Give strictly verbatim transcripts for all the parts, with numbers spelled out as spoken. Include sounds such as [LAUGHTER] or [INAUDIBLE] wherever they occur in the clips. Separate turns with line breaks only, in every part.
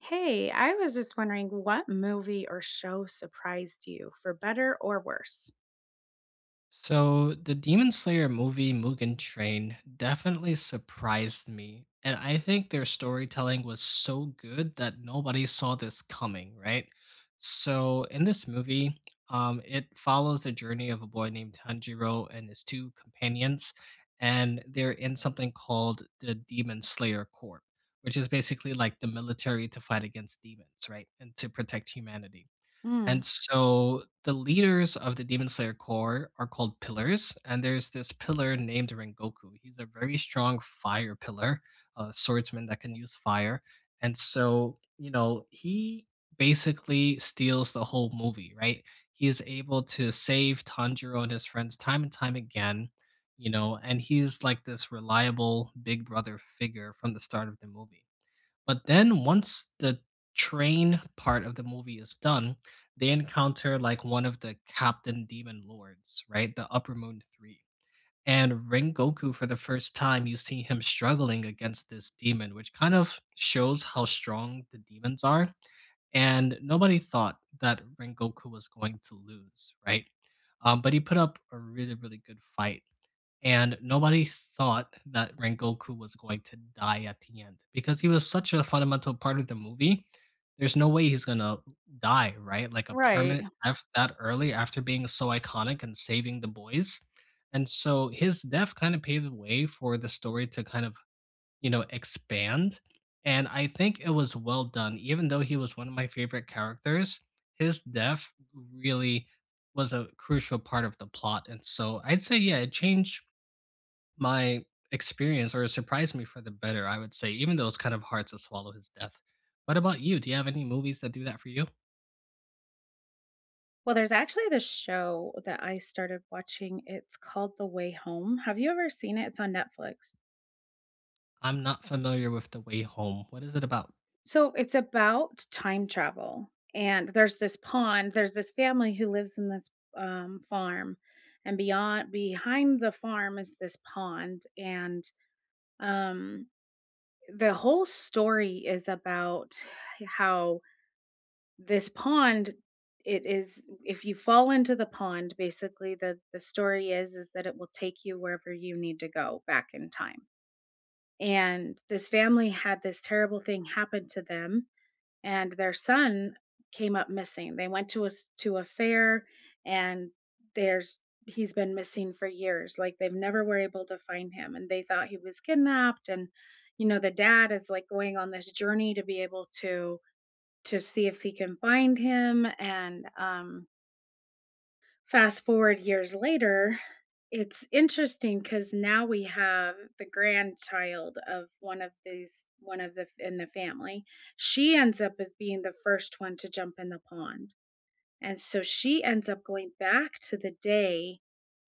Hey, I was just wondering what movie or show surprised you for better or worse?
So the Demon Slayer movie Mugen Train definitely surprised me. And I think their storytelling was so good that nobody saw this coming, right? So in this movie, um, it follows the journey of a boy named Tanjiro and his two companions, and they're in something called the Demon Slayer Corps, which is basically like the military to fight against demons, right? And to protect humanity.
Mm,
And so the leaders of the Demon Slayer Corps are called pillars, and there's this pillar named Rengoku. He's a very strong fire pillar, a swordsman that can use fire. And so, you know, he basically steals the whole movie, right? He is able to save Tanjiro and his friends time and time again, you know, and he's like this reliable big brother figure from the start of the movie. But then once the train part of the movie is done, they encounter like one of the Captain Demon Lords, right? The Upper Moon three. And Rengoku, for the first time, you see him struggling against this demon, which kind of shows how strong the demons are. And nobody thought that Rengoku was going to lose, right? Um, but he put up a really, really good fight. And nobody thought that Rengoku was going to die at the end because he was such a fundamental part of the movie. There's no way he's gonna die, right? Like a
right.
permanent death that early after being so iconic and saving the boys. And so his death kind of paved the way for the story to kind of, you know, expand. And I think it was well done. Even though he was one of my favorite characters, his death really was a crucial part of the plot. And so I'd say, yeah, it changed my experience, or it surprised me for the better, I would say, even though it's kind of hard to swallow his death. What about you? Do you have any movies that do that for you?
Well, there's actually this show that I started watching. It's called The Way Home. Have you ever seen it? It's on Netflix.
I'm not familiar with The Way Home. What is it about?
So it's about time travel. And there's this pond, there's this family who lives in this um, farm. And beyond, behind the farm is this pond. And um, the whole story is about how this pond it is, if you fall into the pond, basically the the story is is that it will take you wherever you need to go back in time. And this family had this terrible thing happen to them, and their son came up missing. They went to a s- to a fair, and there's he's been missing for years. Like they've never were able to find him, and they thought he was kidnapped. And you know, the dad is like going on this journey to be able to to see if he can find him. And um, fast forward years later, it's interesting because now we have the grandchild of one of these, one of the in the family. She ends up as being the first one to jump in the pond. And so she ends up going back to the day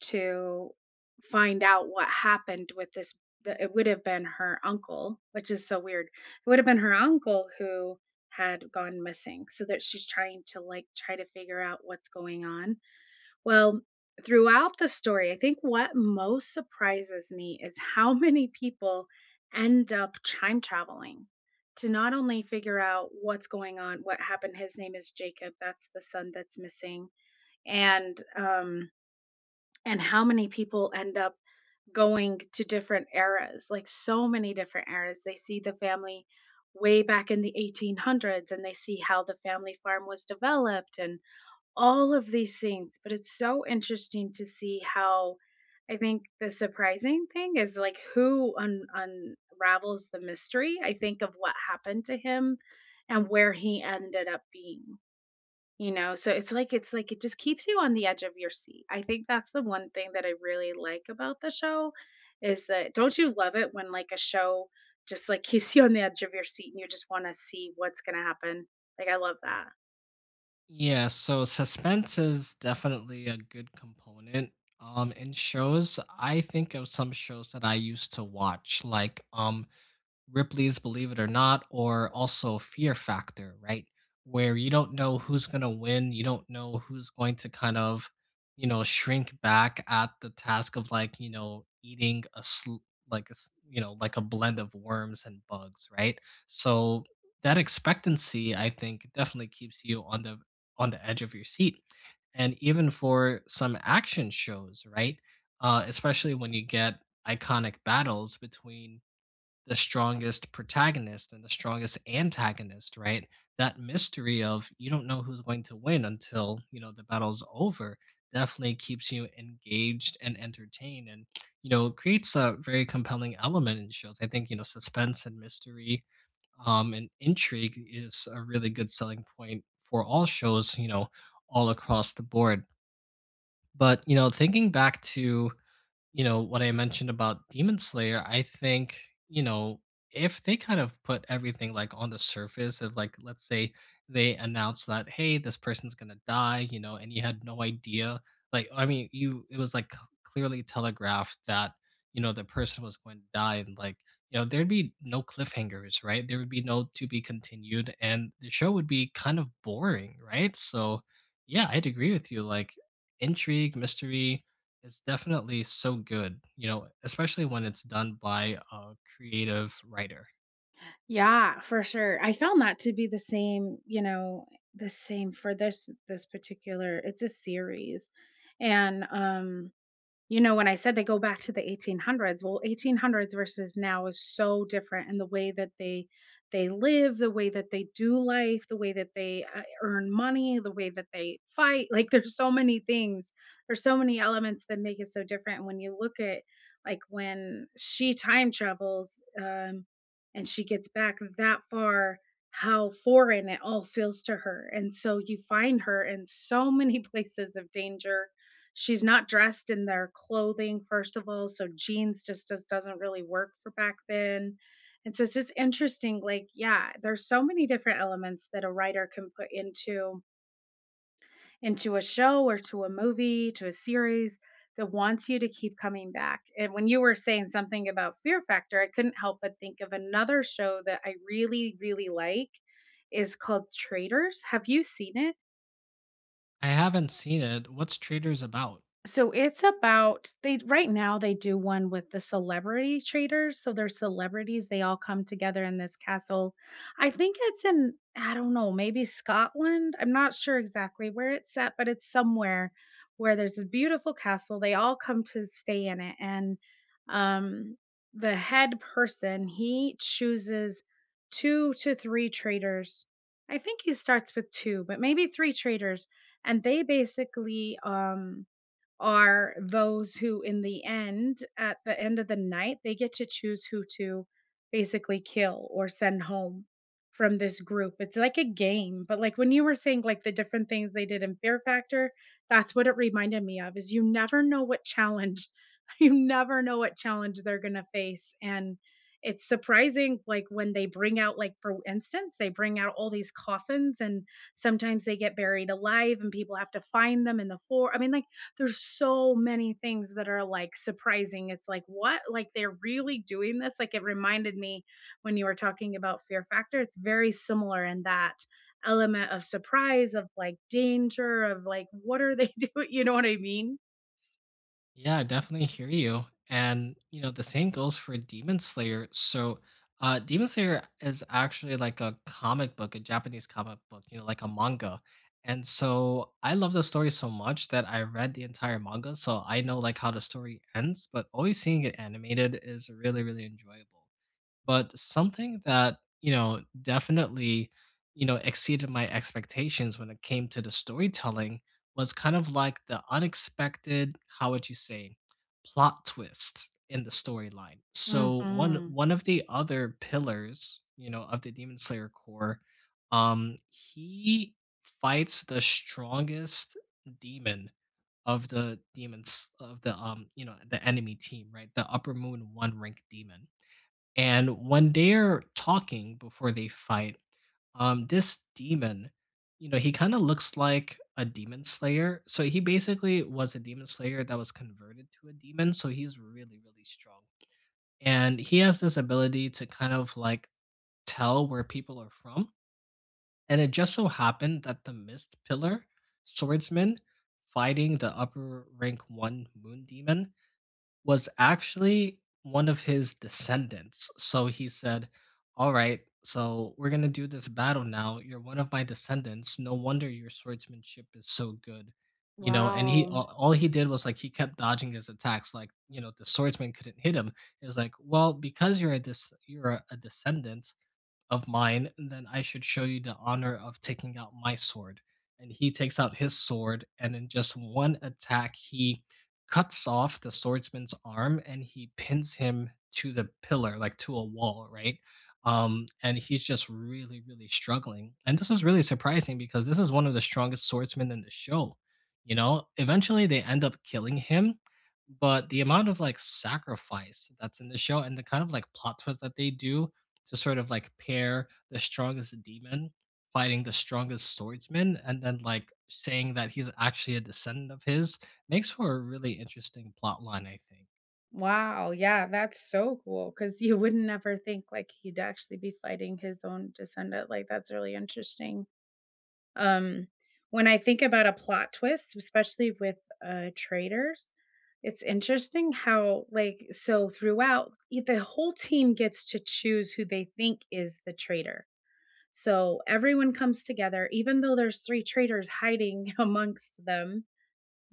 to find out what happened with this the it would have been her uncle, which is so weird. It would have been her uncle who had gone missing, so that she's trying to, like, try to figure out what's going on. Well, throughout the story, I think what most surprises me is how [LAUGHS] many people end up time traveling to not only figure out what's going on, what happened. His name is Jacob. That's the son that's missing, and um, and how many people end up going to different eras, like so many different eras. They see the family way back in the eighteen hundreds, and they see how the family farm was developed and all of these things, but it's so interesting to see how I think the surprising thing is like who un- unravels the mystery, I think, of what happened to him and where he ended up being. You know, so it's like it's like it just keeps you on the edge of your seat. I think that's the one thing that I really like about the show is that don't you love it when like a show just like [LAUGHS] keeps you on the edge of your seat and you just want to see what's going to happen? Like I love that.
Yeah, so suspense is definitely a good component. Um, in shows, I think of some shows that I used to watch, like um Ripley's Believe It or Not or also Fear Factor, right? Where you don't know who's going to win, you don't know who's going to kind of, you know, shrink back at the task of like, you know, eating a sl- like a, s- you know, like a blend of worms and bugs, right? So that expectancy I think definitely keeps you on the on the edge of your seat. And even for some action shows, right? Uh especially when you get iconic battles between the strongest protagonist and the strongest antagonist, right? That mystery of you don't know who's going to win until, you know, the battle's over definitely keeps you engaged and entertained and, you know, creates a very compelling element in shows. I think, you know, suspense and mystery um, and intrigue is a really good selling point for all shows, you know, all across the board. But, you know, thinking back to you know, what I mentioned about Demon Slayer, I think, you know, if they kind of put everything like on the surface of like, let's say they announce that, hey, this person's gonna die, you know, and you had no idea. Like, I mean, you it was like c- clearly telegraphed that, you know, the person was going to die and like, you know, there'd be no cliffhangers, right? There would be no to be continued, and the show would be kind of boring, right? So yeah, I'd agree with you. Like intrigue, mystery, it's definitely so good, you know, especially when it's done by a creative writer.
Yeah, for sure. I found that to be the same, you know, the same for this this particular it's a series. And um you know, when I said they go back to the eighteen hundreds, well, eighteen hundreds versus now is so different in the way that they they live, the way that they do life, the way that they uh, earn money, the way that they fight. Like there's so many things, there's so many elements that make it so different. And when you look at like when she time travels um and she gets back that far, how foreign it all feels to her. And so you find her in so many [LAUGHS] places of danger. She's not dressed in their clothing, first of all, so jeans just, just doesn't really work for back then. And so it's just interesting. Like yeah, there's so many different elements that a writer can put into into a show or to a movie to a series that wants you to keep coming back. And when you were saying something about Fear Factor, I couldn't help but think of another show that I really really like is called Traitors. Have you seen it?
I haven't seen it. What's Traders about?
So it's about they right now they do one with the celebrity traders. So they're celebrities. They all come together in this castle. I think it's in I don't know, maybe Scotland. I'm not sure exactly where it's at, but it's somewhere where there's this beautiful castle. They all come to stay in it. And um the head person, he chooses two to three traders. I think he starts with two, but maybe three traders, and they basically um are those who in the end at the end of the night, they get to choose who to basically kill or send home from this group. It's like a game, but, like, when you were saying, like, the different things they did in Fear Factor, that's what it reminded me of, is you never know what challenge [LAUGHS] you never know what challenge they're gonna face. And it's surprising, like, when they bring out like, for instance, they bring out all these coffins, and sometimes they get buried alive, and people have to find them in the floor. I mean, like, there's so many things that are like surprising. It's like, what? Like they're really doing this? Like it reminded me when you were talking about Fear Factor, it's very similar in that element of surprise, of like danger, of like, what are they [LAUGHS] doing? You know what I mean?
Yeah, I definitely hear you. And, you know, the same goes for Demon Slayer. So, uh, Demon Slayer is actually like a comic book, a Japanese comic book, you know, like a manga. And so I love the story so much that I read the entire manga. So I know like how the story ends, but always seeing it animated is really, really enjoyable. But something that, you know, definitely, you know, exceeded my expectations when it came to the storytelling was kind of like the unexpected, how would you say, plot twist in the storyline. So one
Hmm.
one of the other pillars, you know, of the Demon Slayer core, um, he fights the strongest demon of the demons of the um you know the enemy team, right? The upper moon one rank demon. And when they're talking before they fight, um, this demon, you know, he kind of looks like a demon slayer. So he basically was a demon slayer that was converted to a demon. So he's really, really strong. And he has this ability to kind of like tell where people are from. And it just so happened that the Mist Pillar swordsman fighting the upper rank one moon demon was actually one of his descendants. So he said, "All right, so we're going to do this battle now. You're one of my descendants. No wonder your swordsmanship is so good." You know, and he
Wow.
all, all he did was like he kept dodging his attacks. Like, you know, the swordsman couldn't hit him. It was like, well, because you're a dis- you're a, a descendant of mine, and then I should show you the honor of taking out my sword. And he takes out his sword, and in just one attack, he cuts off the swordsman's arm and he pins him to the pillar, like to a wall, right? Um, and he's just really, really struggling. And this was really surprising because this is one of the strongest swordsmen in the show. You know, eventually they end up killing him, but the amount of like sacrifice that's in the show and the kind of like plot twist that they do to sort of like pair the strongest demon fighting the strongest swordsman and then like saying that he's actually a descendant of his makes for a really interesting plot line, I think.
Wow. Yeah, that's so cool, because you would never think like he'd actually be fighting his own descendant. Like, that's really interesting. Um, when I think about a plot twist, especially with, uh, Traitors, it's interesting how, like so throughout, e the whole team gets to choose who they think is the traitor. So everyone comes together, even though there's three traitors hiding [LAUGHS] amongst them,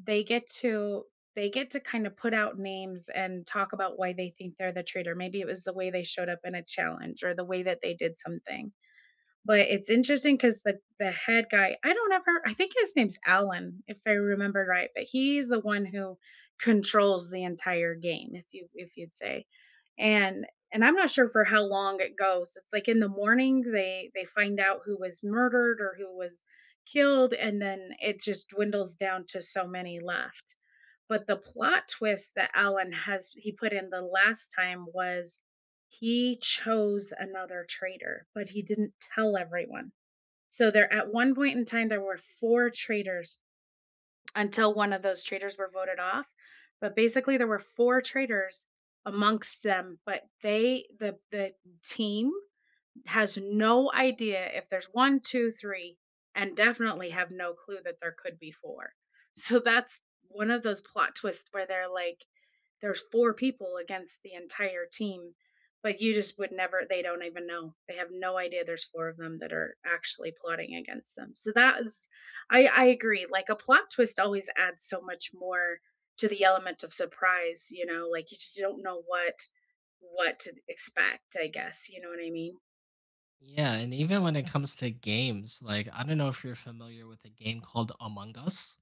they get to they get to kinda put out names and talk about why they think they're the traitor. Maybe it was the way they showed up in a challenge or the way that they did something. But it's interesting because the the head guy I don't ever I think his name's Alan, if I remember right, but he's the one who controls the entire game, if you if you'd say. And and I'm not sure for how long it goes. It's like in the morning, they they find out who was murdered or who was killed, and then it just dwindles down to so many left. But the plot twist that Alan has he put in the last time was he chose another traitor, but he didn't tell everyone. So there at one point in time there were four traitors until one of those traitors were voted off. But basically there were four traitors amongst them, but they the the team has no idea if there's one, two, three, and definitely have no clue that there could be four. So that's one of those plot twists where they're like, there's four people against the entire team, but you just would never they don't even know. They have no idea there's four of them that are actually plotting against them. So that is I I agree. Like a plot twist always adds so much more to the element of surprise, you know, like you just don't know what what to expect, I guess, you know what I mean?
Yeah, and even when it comes to games, like I don't know if you're familiar with a game called Among Us.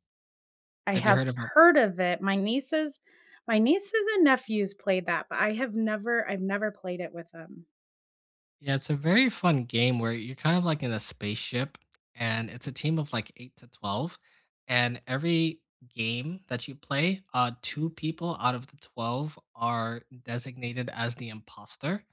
I
Have you
have
heard of
heard of it. My nieces my nieces and nephews played that, but I have never I've never played it with them.
Yeah, it's a very fun game where you're kind of like in a spaceship and it's a team of like eight to twelve and every game that you play, uh two people out of the twelve are designated as the imposter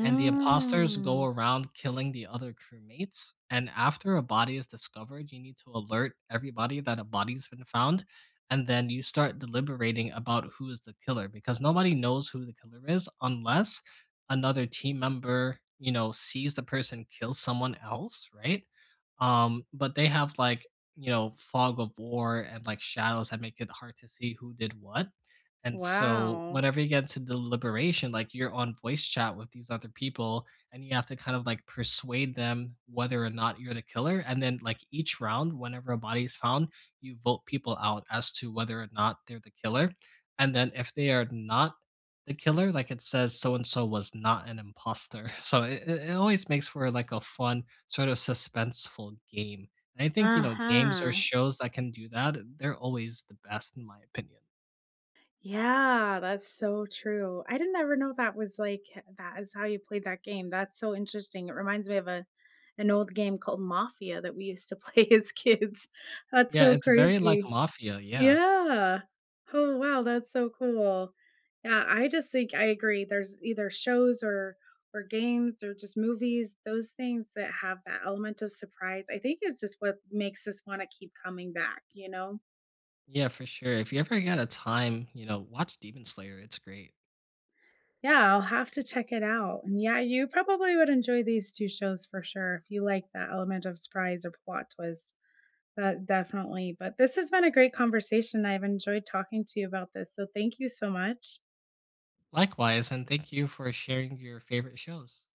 and the imposters go around killing the other crewmates, and after a body is discovered, you need to alert everybody that a body's been found and then you start deliberating about who is the killer because nobody knows who the killer is unless another team member, you know, sees the person kill someone else, right? Um, but they have like, you know, fog of war and like shadows that make it hard to see who did what. And so
Wow.
whenever you get into deliberation, like you're on voice chat with these other people and you have to kind of like persuade them whether or not you're the killer. And then like each round, whenever a body is found, you vote people out as to whether or not they're the killer. And then if they are not, the killer like it says so and so was not an imposter [LAUGHS] so it, it it always makes for like a fun sort of suspenseful game. And I think, you know, games or
Uh-huh.
shows that can do that, they're always the best in my opinion.
Yeah, that's so true. I didn't ever know that was like that is how you played that game. That's so interesting. It reminds me of a an old game called Mafia that we used to play [LAUGHS] as kids. That's
Yeah,
so
it's very like
crazy.
mafia, yeah.
Yeah. Oh, wow, that's so cool. Yeah, I just think I agree. There's either shows or or games or just movies, those things that have that element of surprise. I think is just what makes us want to keep coming back, you know?
Yeah, for sure. If you ever get a time, you know, watch Demon Slayer, it's great.
Yeah, I'll have to check it out. And yeah, you probably would enjoy these two shows for sure if you like that element of surprise or plot twist. That definitely. But this has been a great conversation. I've enjoyed talking to you about this. So thank you so much.
Likewise, and thank you for sharing your favorite shows.